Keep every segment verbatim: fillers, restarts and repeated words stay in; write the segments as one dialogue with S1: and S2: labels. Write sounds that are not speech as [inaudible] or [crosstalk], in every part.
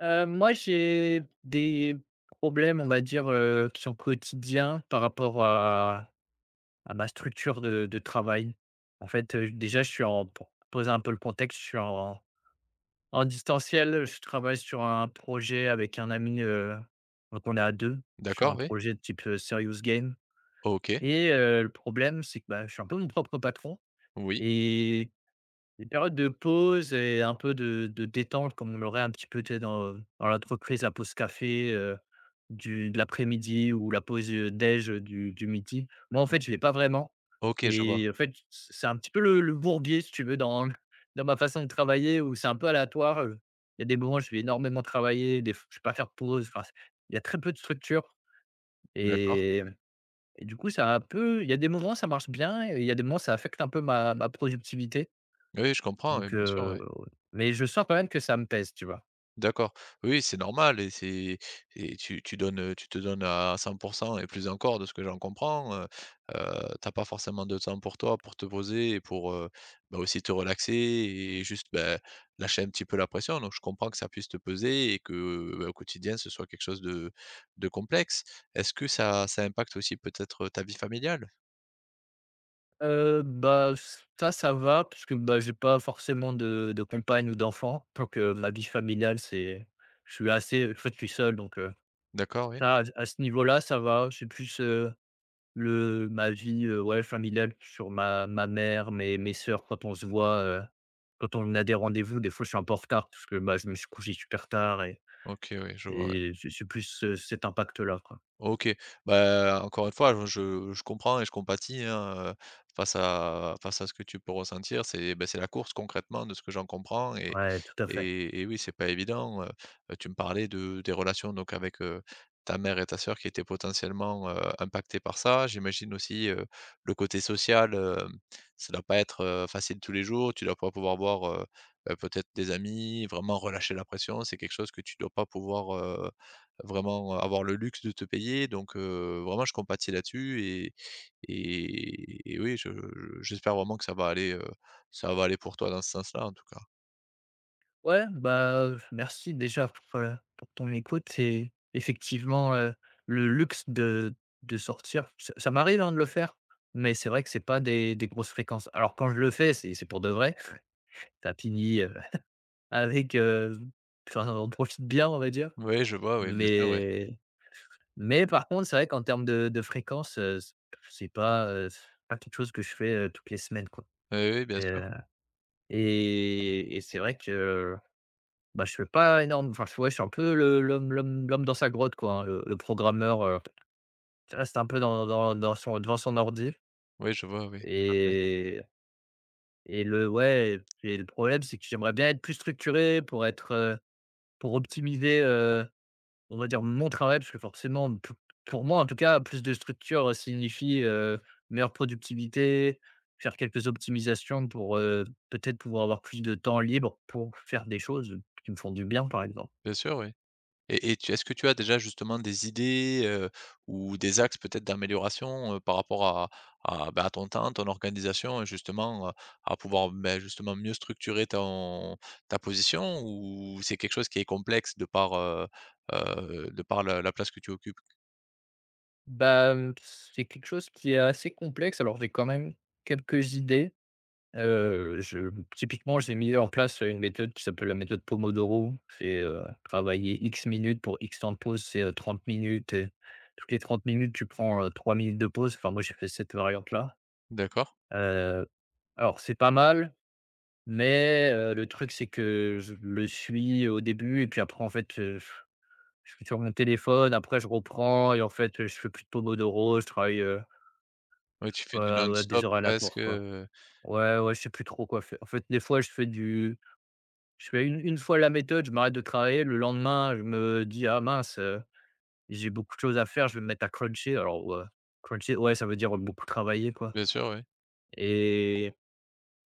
S1: Heu, moi, j'ai des problèmes, on va dire, heu, qui sont quotidiens par rapport à à ma structure de de travail. En fait, heu, déjà, je suis en pour poser un peu le contexte, je suis en en distanciel. Je travaille sur un projet avec un ami, heu, donc on est à deux sur un
S2: D'accord, oui.
S1: projet de type, heu, serious game
S2: OK.
S1: et heu, le problème, c'est que, bah, je suis un peu mon propre patron
S2: Oui.
S1: et des périodes de pause et un peu de de détente comme on l'aurait un petit peu, tu sais, dans, dans l'entreprise, la pause café, heu, du de l'après-midi ou la pause, heu, déj, du du midi. Moi, en fait, je ne l'ai pas vraiment
S2: OK, je vois.
S1: et en fait, c'est un petit peu le le bourbier, si tu veux, dans [laughs] dans ma façon de travailler où c'est un peu aléatoire, heu. Il y a des moments où je vais énormément travailler, des f je ne vais pas faire de pause, enfin, il y a très peu de structure
S2: D'accord.
S1: et et du coup, ça a un peu il y a des moments, ça marche bien et il y a des moments, ça affecte un peu ma ma productivité.
S2: Oui, je comprends, oui,
S1: Donc
S2: bien sûr,
S1: heu,
S2: ouais.
S1: ouais. Mais je sens quand même que ça me pèse, tu vois?
S2: D'accord. Oui, c'est normal et c'est et tu tu donnes, heu, tu te donnes à cent pour cent et plus encore de ce que j'en comprends, heu, heu, tu pas forcément de temps pour toi, pour te poser et pour, heu, bah, aussi te relaxer et juste, bah, lâcher un petit peu la pression donc je comprends que ça puisse te peser et que, bah, au quotidien, ce soit quelque chose de de complexe. Est-ce que ça ça impacte aussi peut-être ta vie familiale?
S1: Heu, bah, ça, ça va parce que, bah, j'ai pas forcément de de compagne ou d'enfant. Donc heu, ma vie familiale, c'est je suis assez en fait, je suis seul donc heu,
S2: D'accord, oui.
S1: ça, à à ce niveau-là, ça va. C'est plus, Le ma vie, heu, ouais, familiale sur ma ma mère, mes mes sœurs quand on se voit, heu, quand on a des rendez-vous, des fois je suis un peu en retard parce que, bah, je me suis couché super tard et
S2: OK, oui, je vois, ouais.
S1: et c'est c'est plus, heu, cet impact-là, quoi.
S2: OK. Bah, encore une fois, je je comprends et je compatis, hein, heu, face à face à ce que tu peux ressentir. C'est, bah, c'est la course concrètement de ce que j'en comprends et
S1: Ouais, tout à fait.
S2: et et oui, c'est pas évident, heu. Tu me parlais de des relations donc avec, heu, ta mère et ta sœur qui étaient potentiellement, heu, impactées par ça. J'imagine aussi, heu, le côté social, hem, ça doit pas être, heu, facile tous les jours. Tu dois pas pouvoir voir, heu, heu, peut-être des amis, vraiment relâcher la pression. C'est quelque chose que tu dois pas pouvoir, heu vraiment avoir le luxe de te payer. Donc, heu, vraiment je compatis là-dessus et et et oui, je je- j'espère vraiment que ça va aller, heu, ça va aller pour toi dans ce sens-là, en tout cas.
S1: Ouais, bah, merci déjà pour, heu, pour ton écoute et effectivement, heu, le luxe de de sortir, ça ça m'arrive, hein, de le faire, mais c'est vrai que c'est pas des des grosses fréquences. Alors quand je le fais, c'est c'est pour de vrai, ça finit, heu, avec, heu, enfin, on profite bien, on va dire.
S2: Oui, je vois, oui, bien sûr, oui.
S1: Mais mais par contre, c'est vrai qu'en termes de de fréquence, heu, c c'est pas, heu, c'est pas quelque chose que je fais, heu, toutes les semaines, quoi.
S2: Oui, oui, bien sûr.
S1: Heu et et c'est vrai que, bah, je fais pas énorme enfin, je ouais, je suis un peu le l'homme l'homme l'homme dans sa grotte, quoi, hein, le le programmeur, heu, qui reste un peu dans dans dans son devant son ordi
S2: Oui, je vois, oui, tout à fait.
S1: et et le ouais et le problème, c'est que j'aimerais bien être plus structuré pour être, heu, pour optimiser, on va dire mon travail, parce que forcément, pou pour moi en tout cas, plus de structure euh, signifie, heu, meilleure productivité, faire quelques optimisations pour, heu, peut-être pouvoir avoir plus de temps libre pour faire des choses qui me font du bien, par exemple.
S2: Bien sûr, oui. Et et tu est-ce que tu as déjà justement des idées, heu, ou des axes peut-être d'amélioration, heu, par rapport à à, bah, à ton temps, ton organisation et justement, heu, à pouvoir, beh, justement mieux structurer ton ta position, ou c'est quelque chose qui est complexe de par, heu heu, de par la la place que tu occupes?
S1: Bah, c'est quelque chose qui est assez complexe. Alors j'ai quand même quelques idées. Heu, je typiquement, j'ai mis en place une méthode qui s'appelle la méthode Pomodoro. C'est, heu, travailler X minutes pour X temps de pause, c'est, heu, trente minutes et toutes les trente minutes, tu prends, heu, trois minutes de pause. Enfin, moi, j'ai fait cette variante-là.
S2: D'accord.
S1: Heu, alors c'est pas mal, mais, heu, le truc, c'est que je le suis au début et puis après, en fait, heu, je suis sur mon téléphone, après je reprends et en fait, je fais plus de Pomodoro, je travaille, heu,
S2: Ouais, tu fais du
S1: ouais, ouais, des
S2: non-stop
S1: heures
S2: presque,
S1: aléatoires, quoi.
S2: heu,
S1: Ouais, ouais, je sais plus trop quoi faire. En fait, des fois, je fais du je fais une une fois la méthode, je m'arrête de travailler. Le lendemain, je me dis: «Ah mince, heu, j'ai beaucoup de choses à faire, je vais me mettre à cruncher». Alors, ouais, cruncher, ouais, ça veut dire beaucoup travailler, quoi
S2: bien sûr, oui.
S1: et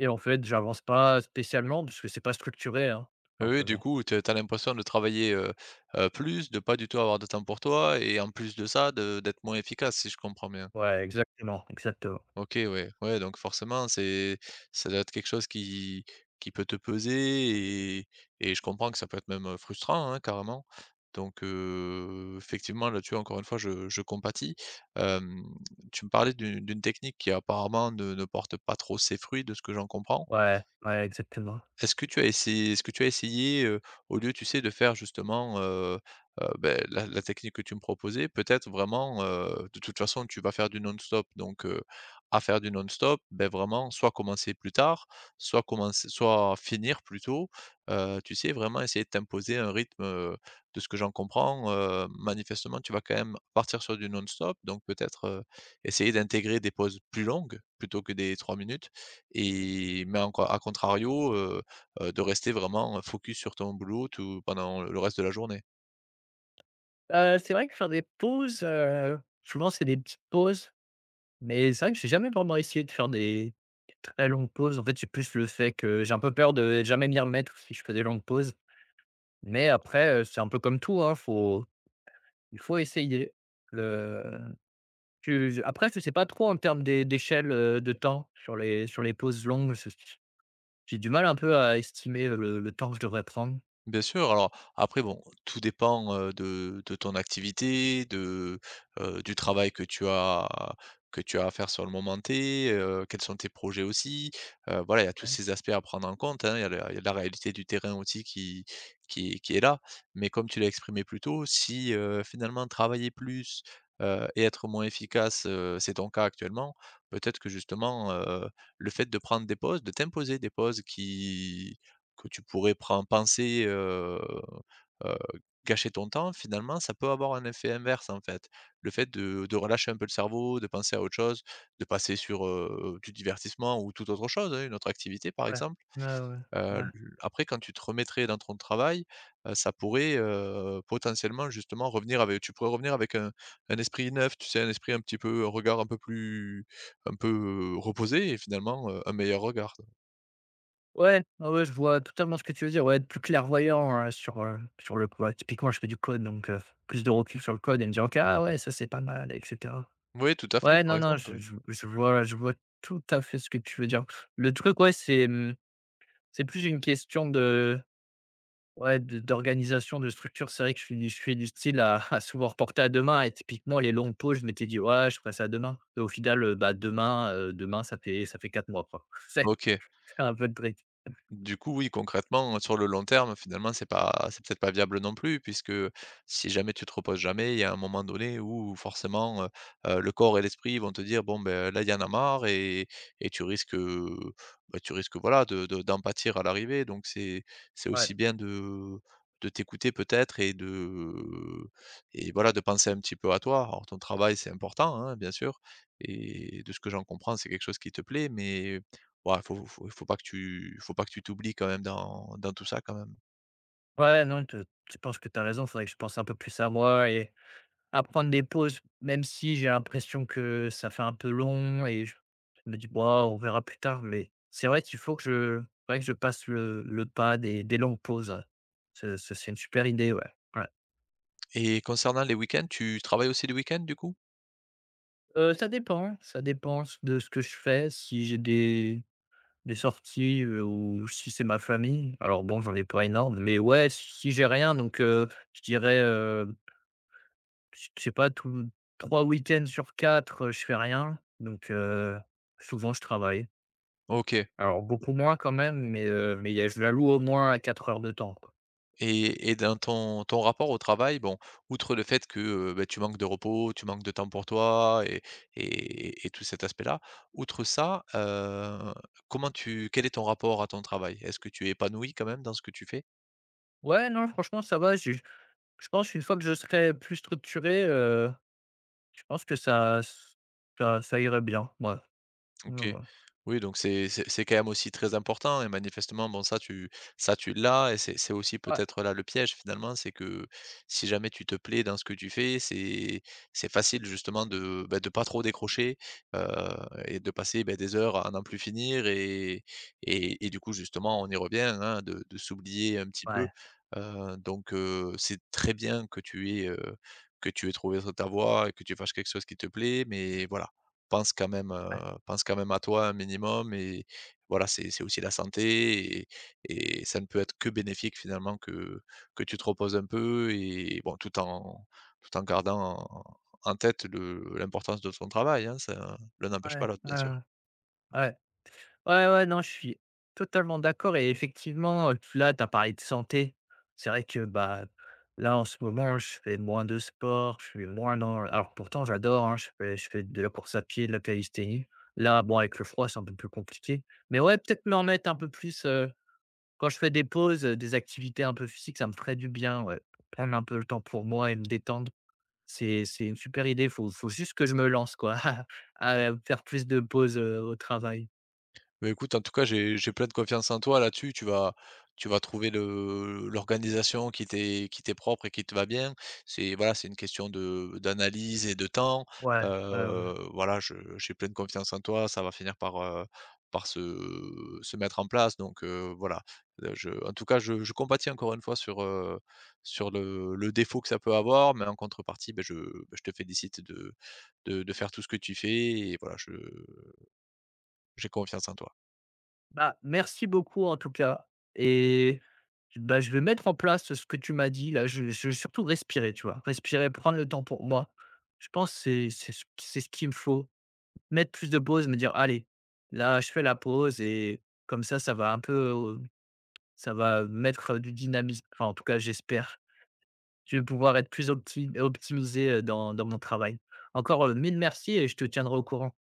S1: et en fait, j'avance pas spécialement parce que c'est pas structuré, hein,
S2: Oui, oui, du
S1: simplement.
S2: coup, tu as l'impression de travailler, heu heu, plus, de pas du tout avoir de temps pour toi et en plus de ça, de d'être moins efficace, si je comprends bien?
S1: Ouais, exactement, exactement.
S2: OK, ouais. Ouais, donc forcément, c'est ça doit être quelque chose qui qui peut te peser et et je comprends que ça peut être même, heu, frustrant, hein, carrément. Donc, heu, effectivement, là-dessus, encore une fois, je je compatis. Hem, tu me parlais d'une d'une technique qui apparemment ne ne porte pas trop ses fruits de ce que j'en comprends.
S1: Ouais, ouais, exactement.
S2: Est-ce que tu as essayé est-ce que tu as essayé, heu, au lieu, tu sais, de faire justement, heu heu, beh, la la technique que tu me proposais, peut-être vraiment, heu, de toute façon, tu vas faire du non-stop, donc heu, à faire du non-stop, ben vraiment, soit commencer plus tard, soit commencer soit finir plus tôt, heu, tu sais, vraiment essayer de t'imposer un rythme, heu, de ce que j'en comprends, heu, manifestement, tu vas quand même partir sur du non-stop, donc peut-être, heu, essayer d'intégrer des pauses plus longues plutôt que des trois minutes, et mais encore à contrario, heu, de rester vraiment focus sur ton boulot tout pendant le reste de la journée.
S1: Heu, c'est vrai que faire des pauses, heu, souvent, c'est des petites pauses, mais c'est vrai que j'ai jamais vraiment essayé de faire des très longues pauses. En fait, c'est plus le fait que j'ai un peu peur de jamais m'y remettre si je fais des longues pauses. Mais après, heu, c'est un peu comme tout, hein, faut il faut essayer. Le tu après, je sais pas trop en termes d'é d'échelle, heu, de temps sur les sur les pauses longues, je j'ai du mal un peu à estimer le le temps que je devrais prendre.
S2: Bien sûr, alors après bon, tout dépend, heu, de de ton activité, de, heu, du travail que tu as que tu as à faire sur le moment T, heu, quels sont tes projets aussi. Heu, voilà, il y a tous
S1: Ouais,
S2: ces aspects à prendre en compte, hein. Il y a la il y a la réalité du terrain aussi qui qui qui est là. Mais comme tu l'as exprimé plus tôt, si, heu, finalement travailler plus, heu, et être moins efficace, heu, c'est ton cas actuellement. Peut-être que justement, heu, le fait de prendre des pauses, de t'imposer des pauses qui que tu pourrais pren penser, heu heu, gâcher ton temps, finalement, ça peut avoir un effet inverse, en fait. Le fait de de relâcher un peu le cerveau, de penser à autre chose, de passer sur, heu, du divertissement ou toute autre chose, hein, une autre activité, par
S1: ouais.
S2: exemple.
S1: Ouais, ouais,
S2: Heu, l
S1: ouais.
S2: après quand tu te remettrais dans ton travail, heu, ça pourrait, heu, potentiellement, justement, revenir avec tu pourrais revenir avec un un esprit neuf, tu sais? Un esprit un petit peu, un regard un peu plus un peu euh, reposé, et finalement, heu, un meilleur regard.
S1: Ouais, ouais, ouais, je vois totalement ce que tu veux dire. Ouais, être plus clairvoyant, heu, sur, heu, sur le code. Typiquement, je fais du code, donc heu, plus de recul sur le code et me dire: «OK, ah ouais, ça, c'est pas mal» et cetera.
S2: Oui, tout à fait,
S1: Ouais,
S2: par
S1: non, non,
S2: exemple,
S1: je
S2: oui.
S1: je je vois je vois tout à fait ce que tu veux dire. Le truc, ouais, c'est, mmh, c'est plus une question de ouais, de d'organisation, de structure. C'est vrai que je suis du- je suis du style à à souvent reporter à demain et typiquement, les longues pauses, je m'étais dit: «Ouais, je ferai ça demain» et au final, heu, bah, demain, heu, demain, ça fait ça fait quatre mois, quoi. [laughs] C'est
S2: OK.
S1: un peu de truc.
S2: Du coup, oui, concrètement, sur le long terme, finalement, c'est pas c'est peut-être pas viable non plus, puisque si jamais tu te reposes jamais, il y a un moment donné où forcément, heu heu, le corps et l'esprit vont te dire: «Bon, ben là, il y en a marre», et et tu risques, heu, bah, tu risques, voilà, de de d'en pâtir à l'arrivée. Donc c'est c'est
S1: Ouais.
S2: aussi bien de de t'écouter peut-être et de et voilà, de penser un petit peu à toi. Alors ton travail, c'est important, hein, bien sûr, et de ce que j'en comprends, c'est quelque chose qui te plaît, mais ouais, faut faut faut pas que tu faut pas que tu t'oublies quand même dans dans tout ça quand même.
S1: Ouais, ouais, non, te je pense que tu as raison, faudrait que je pense un peu plus à moi et à prendre des pauses, même si j'ai l'impression que ça fait un peu long et je je me dis: bon on verra plus tard», mais c'est vrai qu'il faut que je faudrait que je passe le le pas des des longues pauses, ouais. Ce c'est une super idée, ouais, ouais.
S2: Et concernant les week-ends, tu travailles aussi les week-ends du coup?
S1: Heu, ça dépend, ça dépend de ce que je fais, si j'ai des des sorties, heu, ou si c'est ma famille. Alors bon, j'en ai pas énorme, mais ouais, si j'ai rien donc heu, je dirais, Je je sais pas, tous trois week-ends sur quatre heu, je fais rien, donc heu, souvent je travaille.
S2: OK.
S1: Alors beaucoup moins quand même, mais heu, mais il y a je l'alloue au moins à quatre heures de temps, quoi.
S2: Et et dans ton ton rapport au travail, bon, outre le fait que, heu, bah, tu manques de repos, tu manques de temps pour toi et et et tout cet aspect-là, outre ça, heu, comment tu quel est ton rapport à ton travail? Est-ce que tu es épanoui quand même dans ce que tu fais?
S1: Ouais, non, franchement ça va, je je pense une fois que je serai plus structuré, heu, je pense que ça ça ça irait bien, ouais. Ouais,
S2: OK.
S1: ouais.
S2: Oui, donc c'est c'est c'est quand même aussi très important et manifestement, bon, ça tu ça tu l'as, et c'est c'est aussi peut-être là le piège finalement. C'est que si jamais tu te plais dans ce que tu fais, c'est c'est facile justement de, bah, de pas trop décrocher, heu et de passer, bah, des heures à n'en plus finir, et et et du coup justement on y revient, hein, de de s'oublier un petit
S1: Ouais, ouais,
S2: peu, heu, donc heu, c'est très bien que tu aies, heu, que tu aies trouvé ta voie et que tu fasses quelque chose qui te plaît, mais voilà, pense quand même,
S1: ouais,
S2: heu, pense quand même à toi un minimum et voilà, c'est c'est aussi la santé, et et ça ne peut être que bénéfique finalement que que tu te reposes un peu, et bon, tout en tout en gardant en en tête le l'importance de ton travail, hein, ça l'un n'empêche pas
S1: ouais,
S2: l'autre, bien
S1: ouais,
S2: sûr.
S1: ouais, ouais. Ouais, ouais, non, je suis totalement d'accord et effectivement, heu, là, tu as parlé de santé. C'est vrai que, bah, là, en ce moment, je fais moins de sport, je suis moins dans alors pourtant j'adore, hein, je fais je fais de la course à pied, de la calisthénie. Là, bon, avec le froid, c'est un peu plus compliqué. Mais ouais, peut-être me remettre un peu plus, heu, quand je fais des pauses, heu, des activités un peu physiques, ça me ferait du bien, ouais. Prendre un peu le temps pour moi et me détendre, c'est c'est une super idée. Il Faut faut juste que je me lance, quoi, [laughs] à, faire plus de pauses, heu, au travail.
S2: Beh, écoute, en tout cas, j'ai j'ai pleine confiance en toi là-dessus. Tu vas tu vas trouver le l'organisation qui t'est qui t'est propre et qui te va bien. C'est voilà, c'est une question de d'analyse et de temps.
S1: Ouais, ouais, ouais.
S2: Heu, voilà, je j'ai pleine confiance en toi. Ça va finir par, heu, par se se mettre en place donc heu, voilà. Heu, je en tout cas, je je compatis encore une fois sur, heu, sur le le défaut que ça peut avoir, mais en contrepartie, ben je bah, je te félicite de de de faire tout ce que tu fais et voilà, je j'ai confiance en toi.
S1: Bah, merci beaucoup en tout cas et bah, je vais mettre en place ce que tu m'as dit là. Je je vais surtout respirer, tu vois? Respirer, prendre le temps pour moi. Je pense que c'est c'est ce c'est ce qu'il me faut. Mettre plus de pause, me dire: «Allez, là, je fais la pause» et comme ça, ça va un peu, heu, ça va mettre euh, du dynamisme. Enfin, en tout cas, j'espère. Je vais pouvoir être plus opti optimisé, heu, dans dans mon travail. Encore, heu, mille merci et je te tiendrai au courant.